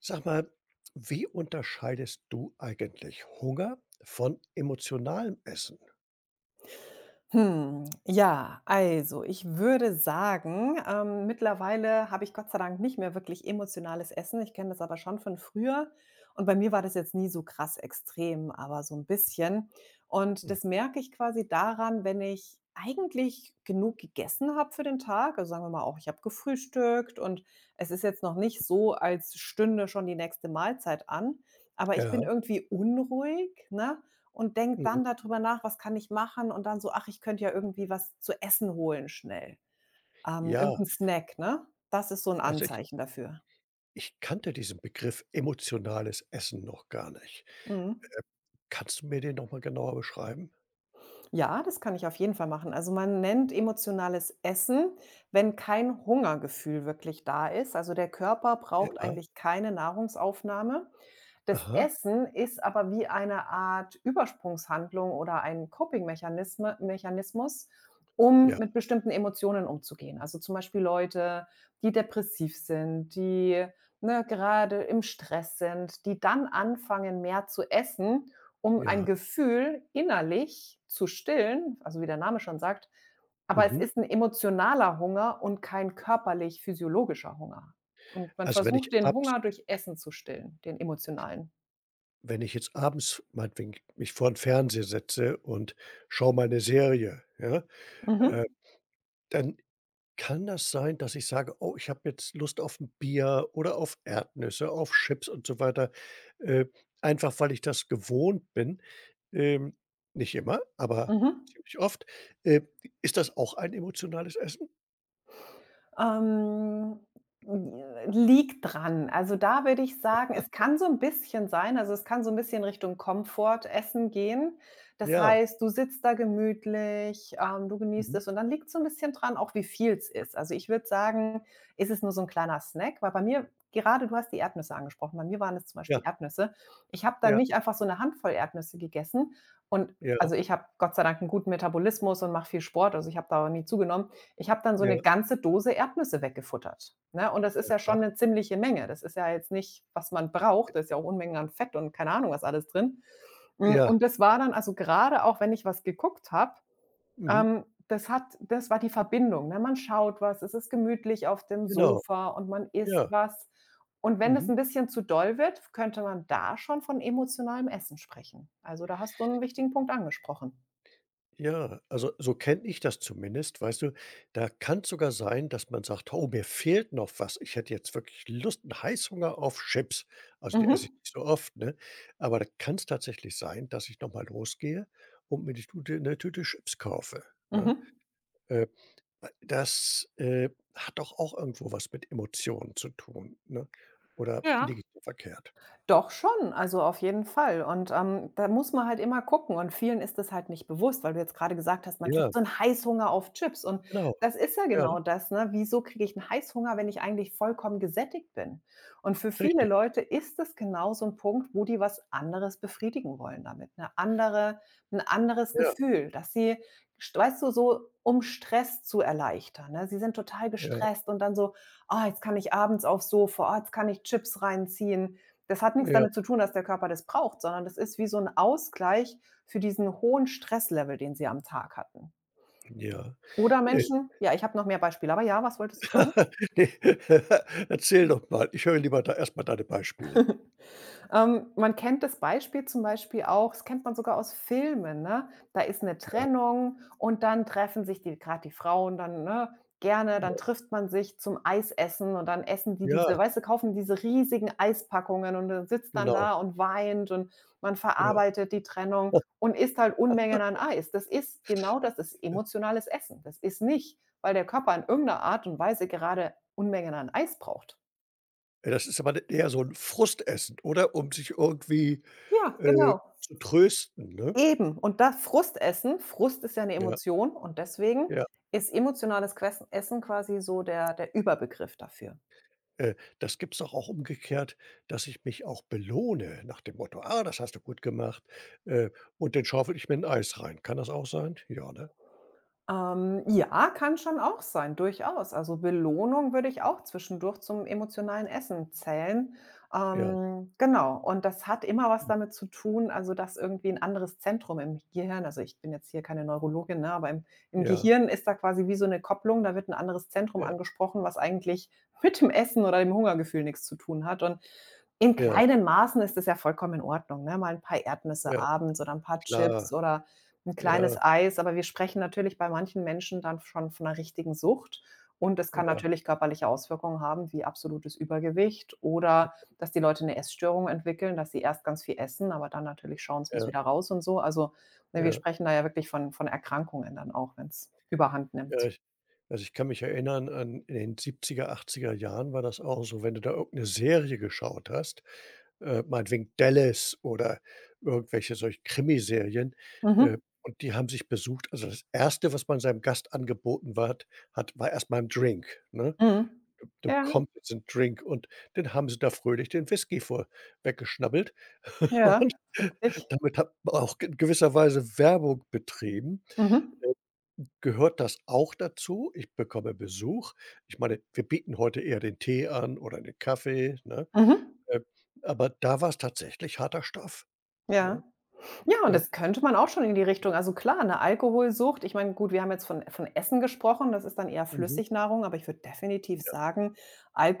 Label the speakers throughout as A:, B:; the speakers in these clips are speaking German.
A: Sag mal, wie unterscheidest du eigentlich Hunger von emotionalem Essen?
B: Hm, ja, also ich würde sagen, mittlerweile habe ich Gott sei Dank nicht mehr wirklich emotionales Essen. Ich kenne das aber schon von früher. Und bei mir war das jetzt nie so krass extrem, aber so ein bisschen. Und
A: Mhm.
B: das merke ich quasi daran, wenn ich eigentlich genug gegessen habe für den Tag. Also sagen wir mal auch, ich habe gefrühstückt und es ist jetzt noch nicht so, als stünde schon die nächste Mahlzeit an, aber ich
A: Ja,
B: bin irgendwie unruhig, ne? Und denke
A: mhm.
B: dann darüber nach: „Was kann ich machen?" Und dann so: „Ach, ich könnte ja irgendwie was zu essen holen schnell."
A: Ja,
B: Irgend Snack, ne? Das ist so 'n
A: also ich
B: Anzeichen dafür.
A: ich kannte diesen Begriff emotionales Essen noch gar nicht.
B: Mhm.
A: Kannst du mir den noch mal genauer beschreiben?
B: Ja, das kann ich auf jeden Fall machen. Also, man nennt emotionales Essen, wenn kein Hungergefühl wirklich da ist. Also, der Körper braucht
A: Ja,
B: eigentlich keine Nahrungsaufnahme. Das
A: aha.
B: Essen ist aber wie eine Art Übersprungshandlung oder ein Coping-Mechanisme Mechanismus, um
A: Ja,
B: mit bestimmten Emotionen umzugehen. Also, zum Beispiel Leute, die depressiv sind, die, ne, gerade im Stress sind, die dann anfangen, mehr zu essen, um ein
A: ja.
B: Gefühl innerlich zu stillen, also wie der Name schon sagt. Aber es
A: Mhm.
B: ist ein emotionaler Hunger und kein körperlich-physiologischer Hunger. Und man
A: Also, wenn ich
B: versucht, den
A: abends
B: Hunger durch Essen zu stillen, den emotionalen.
A: Wenn ich jetzt abends meinetwegen mich vor den Fernseher setze und schaue meine Serie, ja, äh,
B: Mhm.
A: dann kann das sein, dass ich sage: „Oh, ich habe jetzt Lust auf 'n Bier oder auf Erdnüsse, auf Chips“ und so weiter, äh, einfach weil ich das gewohnt bin. Ähm, Nicht immer, aber
B: Mhm.
A: ziemlich oft. Äh, Ist das auch ein emotionales Essen?
B: Ähm, Liegt dran. Also, da würde ich sagen, es kann so ein bisschen sein also, es kann so ein bisschen Richtung Komfortessen gehen. Das
A: Ja.
B: heißt, du sitzt da gemütlich, du genießt
A: Mhm.
B: es und dann liegt's so ein bisschen dran, auch wie viel es ist. Also, ich würde sagen, ist es nur so ein kleiner Snack, weil bei mir gerade du hast die Erdnüsse angesprochen, bei mir waren es zum
A: Ja,
B: Beispiel Erdnüsse. Ich habe dann
A: ja,
B: nicht einfach so eine Handvoll Erdnüsse gegessen und
A: ja,
B: also, ich habe Gott sei Dank einen guten Metabolismus und mache viel Sport, also, ich habe da nie zugenommen. Ich habe dann so eine
A: ja.
B: ganze Dose Erdnüsse weggefuttert, ne? Und das ist ja
A: Ah,
B: schon eine ziemliche Menge. Das ist ja jetzt nicht, was man braucht. Da ist ja auch Unmengen an Fett und keine Ahnung, was alles drin. Hm,
A: ja.
B: und das war dann also gerade auch, wenn ich was geguckt habe,
A: Mhm.
B: das war die Verbindung, ne? Man schaut was, es ist gemütlich auf dem
A: Genau.
B: Sofa und man isst
A: Ja.
B: was. Und wenn das
A: Mhm.
B: ein bisschen zu doll wird, könnte man da schon von emotionalem Essen sprechen. Also, da hast du einen wichtigen Punkt angesprochen.
A: Ja, also so kenne ich das zumindest, weißt du, da kann es sogar sein, dass man sagt: „Oh, mir fehlt noch was. Ich hätte jetzt wirklich Lust 'n Heißhunger auf Chips.“ Also, die esse ich
B: Mhm,
A: nicht so oft, ne? Aber da kann es tatsächlich sein, dass ich noch mal losgehe und mir die Tute 'ne Tüte Chips kaufe, ne?
B: mhm.
A: Äh, Das, hat doch auch irgendwo was mit Emotionen zu tun, ne? Oder liege ich da verkehrt?
B: Doch schon, also auf jeden Fall. Und, da muss man halt immer gucken und vielen ist das halt nicht bewusst, weil du jetzt gerade gesagt hast, man kriegt
A: Ja,
B: so 'n Heißhunger auf Chips und
A: genau.
B: das ist ja
A: Ja,
B: genau das, ne? Wieso kriege ich einen Heißhunger, wenn ich eigentlich vollkommen gesättigt bin? Und für viele
A: richtig.
B: Leute ist das genau so ein Punkt, wo die was anderes befriedigen wollen damit, ein anderes
A: Ja,
B: Gefühl, dass sie st weißt du, so um Stress zu erleichtern, ne? Sie sind total
A: ja,
B: gestresst und dann so: „Ah, jetzt kann ich abends aufs Sofa. Ah, jetzt kann ich Chips reinziehen." Das hat nichts
A: ja,
B: damit zu tun, dass der Körper das braucht, sondern das ist wie so ein Ausgleich für diesen hohen Stresslevel, den sie am Tag hatten.
A: ja.
B: Oder
A: Äh
B: Menschen ja, ich habe noch mehr Beispiele, aber ja, was wolltest du fragen?
A: Ne, erzähl doch mal. Ich höre lieber da erst mal deine Beispiele.
B: Man kennt das Beispiel zum Beispiel auch das kennt man sogar aus Filmen, ne? Da ist eine
A: Ja.
B: Trennung und dann treffen sich die gerade die Frauen dann, ne, gerne, dann trifft man sich zum Eisessen und dann essen die diese
A: Ja,
B: weißt du, kaufen diese riesigen Eispackungen und dann sitzt dann da
A: genau.
B: und weint und man
A: Ja.
B: verarbeitet die Trennung und isst halt Unmengen an Eis. Das ist genau das ist emotionales Essen. Das ist nicht, weil der Körper in irgendeiner Art und Weise gerade Unmengen an Eis braucht.
A: Ja, das ist aber dann eher so ein Frustessen, oder? Um sich irgendwie,
B: Ja,
A: äh,
B: genau.
A: zu trösten, ne?
B: Eben, und das Frustessen Frust ist ja 'ne
A: Ja,
B: Emotion und deswegen
A: ja.
B: ist emotionales Quessen Essen quasi so der Überbegriff dafür.
A: Das gibt's doch auch umgekehrt, dass ich mich auch belohne nach dem Motto: „Ah, das hast du gut gemacht“, äh, und dann schaufel ich mir ein Eis rein. Kann das auch sein? Ja, ne?
B: Ja, kann schon auch sein, durchaus. Also, Belohnung würde ich auch zwischendurch zum emotionalen Essen zählen.
A: Ja,
B: Genau, und das hat immer was damit zu tun, also, dass irgendwie 'n anderes Zentrum im Gehirn also, ich bin jetzt hier keine Neurologin, ne, aber im
A: ja,
B: Gehirn ist da quasi wie so 'ne Kopplung, da wird 'n anderes Zentrum
A: ja,
B: angesprochen, was eigentlich mit dem Essen oder dem Hungergefühl nix zu tun hat und in
A: ja,
B: kleinen Maßen ist es ja vollkommen in Ordnung, ne? Mal ein paar Erdnüsse
A: ja,
B: abends oder ein paar
A: klar.
B: Chips oder ein kleines
A: Ja,
B: Eis, aber wir sprechen natürlich bei manchen Menschen dann schon von einer richtigen Sucht und es kann
A: ja,
B: natürlich körperliche Auswirkungen haben wie absolutes Übergewicht oder dass die Leute eine Essstörung entwickeln, dass sie erst ganz viel essen, aber dann natürlich schauen, es muss
A: ja,
B: wieder raus und so. Also, ne, wir
A: ja,
B: sprechen da ja wirklich von Erkrankungen dann auch, wenn es Überhand nimmt.
A: ja. Also, ich kann mich erinnern an in den siebziger, achtziger Jahren war das auch so, wenn du da irgendeine Serie geschaut hast, meinetwegen Dallas oder irgendwelche solche Krimiserien,
B: Mhm,
A: und die haben sich besucht. Also, das erste, was man seinem Gast angeboten ward hat, war erst mal 'n Drink, ne?
B: mhm.
A: „Du
B: Ja,
A: bekommst jetzt 'n Drink“ und dann haben sie da fröhlich den Whisky vor weggeschnabbelt
B: ja,
A: und
B: witzig.
A: damit hat man auch in gewisser Weise Werbung betrieben.
B: Mhm,
A: Gehört das auch dazu? Ich bekomme Besuch. Ich meine, wir bieten heute eher den Tee an oder den Kaffee, ne?
B: mhm,
A: Äh, aber da war's tatsächlich harter Stoff,
B: ja.
A: ne?
B: Ja, und
A: Ja,
B: das könnte man auch schon in die Richtung also klar, eine Alkoholsucht ich meine, gut, wir haben jetzt von Essen gesprochen, das ist dann eher
A: mhm.
B: Flüssignahrung, aber ich würde definitiv
A: Ja,
B: sagen,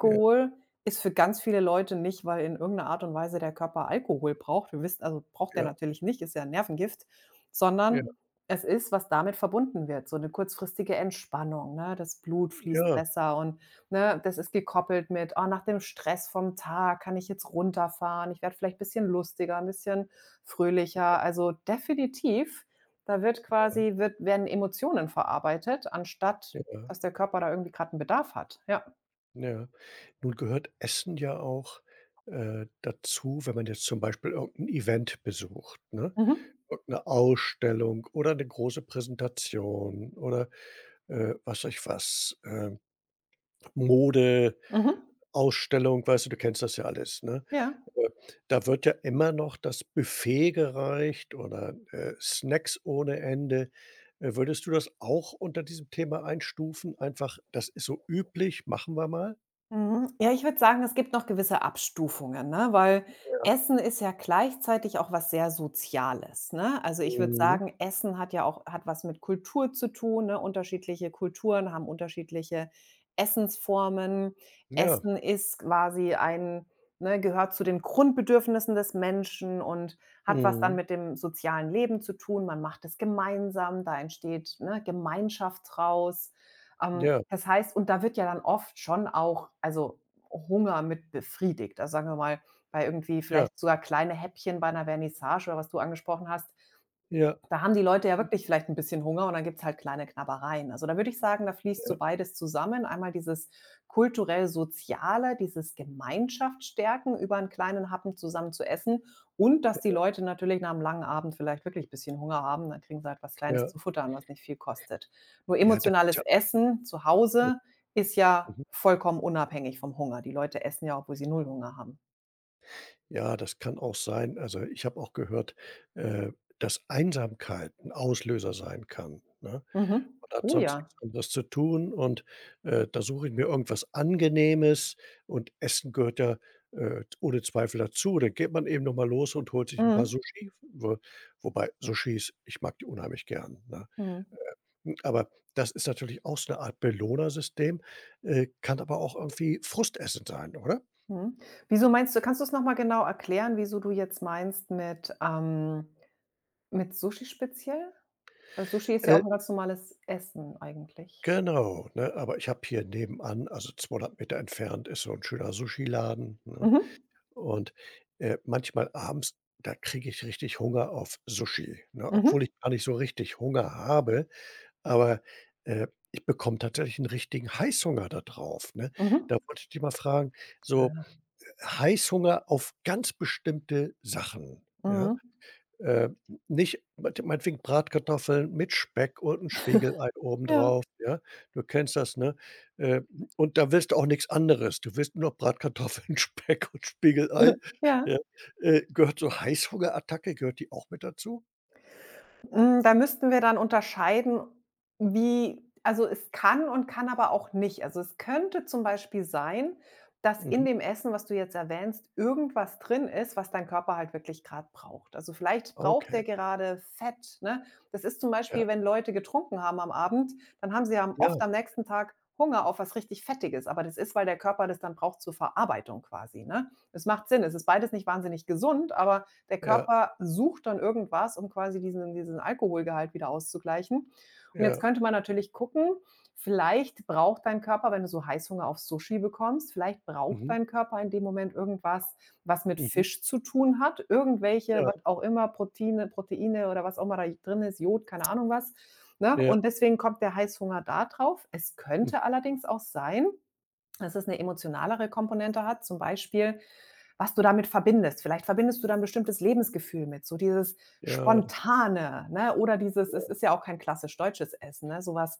A: ja,
B: ist für ganz viele Leute nicht, weil in irgendeiner Art und Weise der Körper Alkohol braucht. Wir wissen also braucht der
A: ja,
B: natürlich nicht, ist ja 'n Nervengift,
A: ja,
B: sondern es ist, was damit verbunden wird, so eine kurzfristige Entspannung, ne? Das Blut fließt
A: ja,
B: besser und, ne, das ist gekoppelt mit: „Oh, nach dem Stress vom Tag kann ich jetzt runterfahren. Ich werde vielleicht ein bisschen lustiger, ein bisschen fröhlicher." Also, definitiv, da wird quasi wird werden Emotionen verarbeitet, anstatt
A: ja,
B: dass der Körper da irgendwie gerade einen Bedarf hat. Ja.
A: ja. Nun gehört Essen ja auch, dazu, wenn man jetzt zum Beispiel irgend 'n Event besucht, ne?
B: Mhm.
A: Irgend 'ne Ausstellung oder 'ne große Präsentation oder, was weiß ich was, Mode
B: Mhm.
A: Ausstellung, weißt du, du kennst das ja alles, ne?
B: Ja.
A: Äh, Da wird ja immer noch das Buffet gereicht oder, Snacks ohne Ende. Würdest du das auch unter diesem Thema einstufen? Einfach, das ist so üblich, machen wir mal?
B: Mhm. Ja, ich würde sagen, es gibt noch gewisse Abstufungen, ne? Weil
A: Ja.
B: Essen ist ja gleichzeitig auch was sehr Soziales, ne? Also, ich würde
A: Mhm.
B: sagen, Essen hat ja auch hat was mit Kultur zu tun, ne? Unterschiedliche Kulturen haben unterschiedliche Essensformen.
A: Ja.
B: Essen ist quasi ein ne, gehört zu den Grundbedürfnissen des Menschen und hat was dann
A: Mhm.
B: mit dem sozialen Leben zu tun. Man macht es gemeinsam, da entsteht, ne, Gemeinschaft draus.
A: Ja,
B: Das heißt und da wird ja dann oft schon auch, also, Hunger mit befriedigt. Also, sagen wir mal, bei irgendwie
A: ja,
B: vielleicht sogar kleine Häppchen bei einer Vernissage oder was du angesprochen hast,
A: ja,
B: da haben die Leute ja wirklich vielleicht ein bisschen Hunger und dann gibt's halt kleine Knabbereien. Also, da würde ich sagen, da fließt so
A: ja,
B: beides zusammen. Einmal dieses kulturell-soziale, dieses Gemeinschaft über einen kleinen Happen zusammen zu essen und dass die Leute natürlich nach einem langen Abend vielleicht wirklich ein bisschen Hunger haben, dann kriegen sie halt was Kleines
A: ja.
B: zu futtern, was nicht viel kostet. Nur
A: Ja, da gibt's
B: emotionales
A: ja
B: Essen zu
A: ja,
B: Hause ist ja
A: mhm.
B: vollkommen unabhängig vom Hunger. Die Leute essen ja, obwohl sie null Hunger haben.
A: Ja, das kann auch sein. Also, ich habe auch gehört, äh, dass Einsamkeit ein Auslöser sein kann, ne?
B: Mhm.
A: Man hat
B: Oh
A: sonst nix
B: ja.
A: anderes zu tun und, da suche ich mir irgendwas Angenehmes und Essen gehört ja, ohne Zweifel dazu. Dann geht man eben noch mal los und holt sich ein paar
B: Mhm.
A: Sushi, wo wobei Sushis ich mag die unheimlich gern, ne?
B: Mhm.
A: Aber das ist natürlich auch so 'ne Art Belohnersystem, kann aber auch irgendwie Frustessen sein, oder?
B: Mhm. Wieso meinst du kannst du's noch mal genau erklären, wieso du jetzt meinst mit Sushi speziell? Weil Sushi ist ja
A: Äh,
B: auch ein ganz normales Essen eigentlich.
A: genau, ne? Aber ich habe hier nebenan, also 200 Meter entfernt, ist so ein schöner Sushiladen, ne?
B: Mhm.
A: Und, manchmal abends, da kriege ich richtig Hunger auf Sushi, ne, obwohl
B: Mhm.
A: ich gar nicht so richtig Hunger habe, aber, ich bekomme tatsächlich einen richtigen Heißhunger da drauf, ne? Da
B: Mhm.
A: wollte ich dich mal fragen, so
B: Ah.
A: Heißhunger auf ganz bestimmte Sachen, ja?
B: Mhm.
A: Äh, Nicht meint meinetwegen Bratkartoffeln mit Speck und 'n Spiegelei
B: Ja.
A: obendrauf, ja? Du kennst das, ne? Äh, und da willst du auch nix anderes. Du willst nur noch Bratkartoffeln, Speck und Spiegelei, ja?
B: Ja.
A: Gehört So Heißhungerattacke, gehört die auch mit dazu?
B: Hm, da müssten wir dann unterscheiden, wie also, es kann und kann aber auch nicht. Also, es könnte zum Beispiel sein, dass in
A: Mhm,
B: dem Essen, was du jetzt erwähnst, irgendwas drin ist, was dein Körper halt wirklich gerade braucht. Also, vielleicht braucht
A: okay.
B: der gerade Fett, ne? Das ist zum
A: Ja,
B: Beispiel, wenn Leute getrunken haben am Abend, dann haben sie am
A: ja,
B: oft am nächsten Tag Hunger auf was richtig Fettiges, aber das ist, weil der Körper das dann braucht zur Verarbeitung quasi, ne? Das macht Sinn. Es ist beides nicht wahnsinnig gesund, aber der
A: ja,
B: Körper sucht dann irgendwas, um quasi diesen Alkoholgehalt wieder auszugleichen. Und jetzt
A: ja.
B: könnte man natürlich gucken, vielleicht braucht dein Körper, wenn du so Heißhunger auf Sushi bekommst, vielleicht braucht
A: Mhm,
B: dein Körper in dem Moment irgendwas, was mit
A: mhm,
B: Fisch zu tun hat, irgendwelche, was
A: ja,
B: auch immer, Proteine oder was auch immer da drin ist, Jod, keine Ahnung was, ne?
A: ja,
B: Und deswegen kommt der Heißhunger da drauf. Es
A: hm,
B: könnte allerdings auch sein, dass es eine emotionalere Komponente hat, zum Beispiel, was du damit verbindest. Vielleicht verbindest du da 'n bestimmtes Lebensgefühl mit, so dieses
A: ja, das
B: Spontane, ne, oder dieses
A: ja,
B: es ist ja auch kein klassisch deutsches Essen, ne, sowas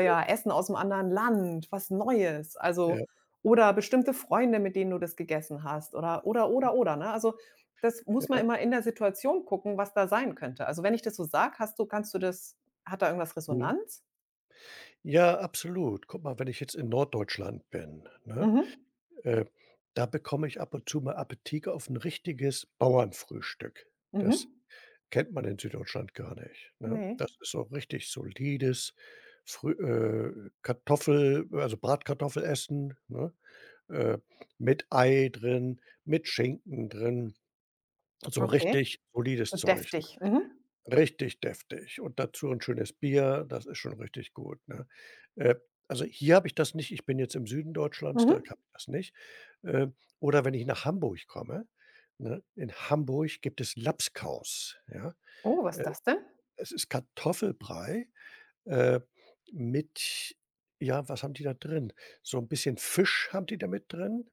A: ja,
B: Essen aus'm anderen Land, was Neues, also
A: ja,
B: oder bestimmte Freunde, mit denen du das gegessen hast oder, ne? Also, das muss man
A: ja.
B: immer in der Situation gucken, was da sein könnte. Also, wenn ich das so sage, hast du kannst du das hat da irgendwas
A: Mhm.
B: Resonanz?
A: Ja, absolut. Guck mal, wenn ich jetzt in Norddeutschland bin, ne?
B: Mhm,
A: Äh, Da bekomme ich ab und zu mal Appetit auf ein richtiges Bauernfrühstück. Das
B: mhm.
A: kennt man in Süddeutschland gar nicht, ne?
B: Ne,
A: Das ist so richtig solides früh Kartoffel also Bratkartoffelessen, ne, äh, mit Ei drin, mit Schinken drin, so
B: okay.
A: richtig solides
B: So
A: Zeug.
B: deftig. Mhm,
A: Richtig deftig und dazu 'n schönes Bier, das ist schon richtig gut, ne? Äh, also, hier habe ich das nicht. Ich bin jetzt im Süden Deutschlands, da habe
B: mhm.
A: ich das nicht. Oder wenn ich nach Hamburg komme, ne? In Hamburg gibt es Lapskaus, ja?
B: Oh, was
A: Äh,
B: ist das denn?
A: Es ist Kartoffelbrei, äh, mit ja, was haben die da drin? So 'n bisschen Fisch haben die da mit drin,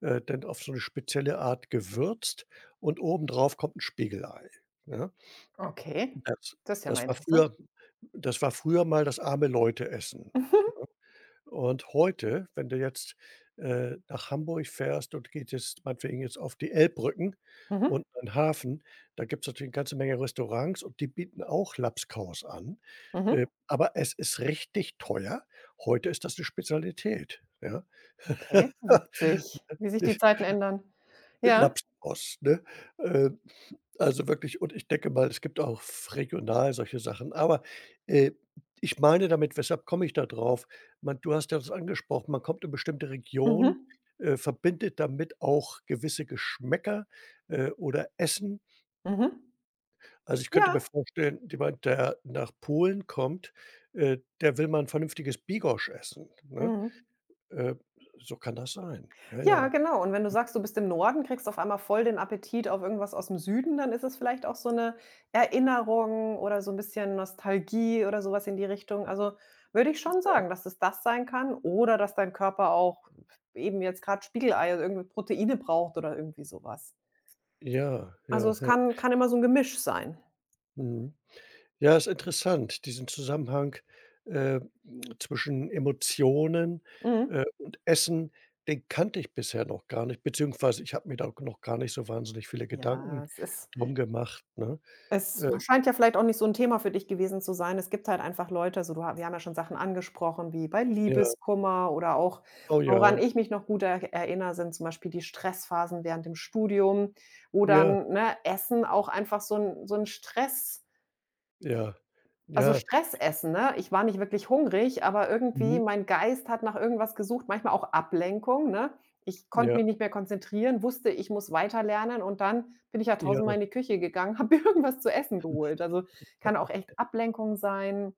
A: dann auf so 'ne spezielle Art gewürzt und obendrauf kommt 'n Spiegelei, ja,
B: Okay,
A: das
B: das ist ja mal
A: das war
B: interessant.
A: früher das war früher mal das arme Leute-Essen. Und heute, wenn du jetzt, nach Hamburg fährst und geht jetzt meinetwegen jetzt auf die Elbbrücken
B: Mhm, mhm,
A: und an den Hafen, da gibt's natürlich 'ne ganze Menge Restaurants und die bieten auch Labskaus an.
B: mhm.
A: Aber es ist richtig teuer. Heute ist das 'ne Spezialität, ja?
B: Okay, witzig, wie sich die Zeiten ändern. Ja,
A: Labskaus, ne? Äh Also wirklich, und ich denke mal, es gibt auch regional solche Sachen. Aber, äh, ich meine damit, weshalb komme ich da drauf? Man, du hast ja das angesprochen, man kommt in bestimmte Regionen,
B: mhm,
A: verbindet damit auch gewisse Geschmäcker, oder Essen.
B: mhm,
A: Also, ich könnte mir
B: ja,
A: vorstellen, jemand, der nach Polen kommt, der will mal ein vernünftiges Bigos essen, ne?
B: mhm.
A: Äh, so kann das sein. Ja,
B: Ja,
A: ja.
B: genau. Und wenn du sagst, du bist im Norden, kriegst auf einmal voll den Appetit auf irgendwas aus dem Süden, dann ist es vielleicht auch so 'ne Erinnerung oder so 'n bisschen Nostalgie oder so was in die Richtung. Also, würde ich schon sagen, dass es das sein kann oder dass dein Körper auch eben jetzt grad Spiegelei, also, irgendwie Proteine braucht oder irgendwie so was.
A: Ja,
B: Also,
A: ja,
B: es
A: ja.
B: kann immer so 'n Gemisch sein.
A: Mhm. Ja, ist interessant, diesen Zusammenhang, äh, zwischen Emotionen,
B: Mhm.
A: und Essen, den kannte ich bisher noch gar nicht, beziehungsweise ich habe mir da noch gar nicht so wahnsinnig viele
B: Ja,
A: Gedanken drum gemacht, ne?
B: es
A: Äh,
B: scheint ja vielleicht auch nicht so 'n Thema für dich gewesen zu sein. Es gibt halt einfach Leute, also, du ha wir haben ja schon Sachen angesprochen, wie bei
A: ja.
B: Liebeskummer oder auch
A: Oh
B: woran
A: ja.
B: ich mich noch gut er erinnere, sind zum Beispiel die Stressphasen während dem Studium, wo
A: Ja,
B: dann, ne, Essen auch einfach so 'n Stress.
A: ja,
B: Also,
A: ja.
B: Stressessen, ne? Ich war nicht wirklich hungrig, aber irgendwie
A: Mhm.
B: mein Geist hat nach irgendwas gesucht, manchmal auch Ablenkung, ne? Ich konnte mich
A: Ja,
B: nicht mehr konzentrieren, wusste, ich muss weiterlernen und dann bin ich ja tausendmal in
A: ja,
B: die Küche gegangen, habe mir irgendwas zu essen geholt. Also, kann auch echt Ablenkung sein.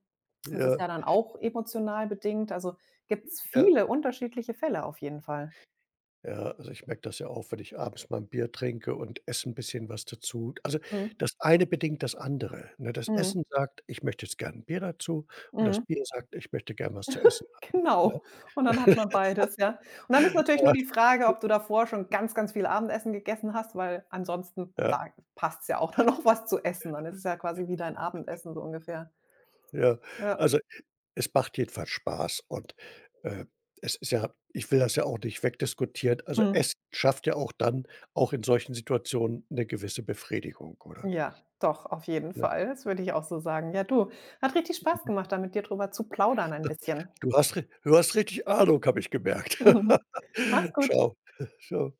B: Das ist
A: ja,
B: ja dann auch emotional bedingt. Also, gibt's
A: ja.
B: viele unterschiedliche Fälle auf jeden Fall.
A: Ja, also ich merke das ja auch, wenn ich abends mal 'n Bier trinke und esse 'n bisschen was dazu. Also,
B: Mhm.
A: das eine bedingt das andere, ne? Das
B: Mhm.
A: Essen sagt: „Ich möchte jetzt gern 'n Bier dazu“ und das
B: Mhm.
A: Bier sagt: „Ich möchte gern was zu essen“, ne?
B: Genau. Und dann hat man beides, ja. Und dann ist natürlich nur
A: Aber
B: die Frage, ob du davor schon ganz, ganz viel Abendessen gegessen hast, weil ansonsten,
A: ja,
B: da passt's ja auch dann noch was zu essen. Dann ist es ja quasi wie dein Abendessen so ungefähr.
A: ja.
B: Ja,
A: Also, es macht jedenfalls Spaß und, äh, es ist ja ich will das ja auch nicht wegdiskutieren. Also,
B: mhm.
A: Essen schafft ja auch dann auch in solchen Situationen 'ne gewisse Befriedigung, oder?
B: Ja, doch, auf jeden
A: Ne?
B: Fall. Das würde ich auch so sagen. Ja, du, hat richtig Spaß
A: Mhm.
B: gemacht, da mit dir drüber zu plaudern ein bisschen.
A: Du hast richtig Ahnung, habe ich gemerkt.
B: Mach's gut.
A: Ciao. Ciao.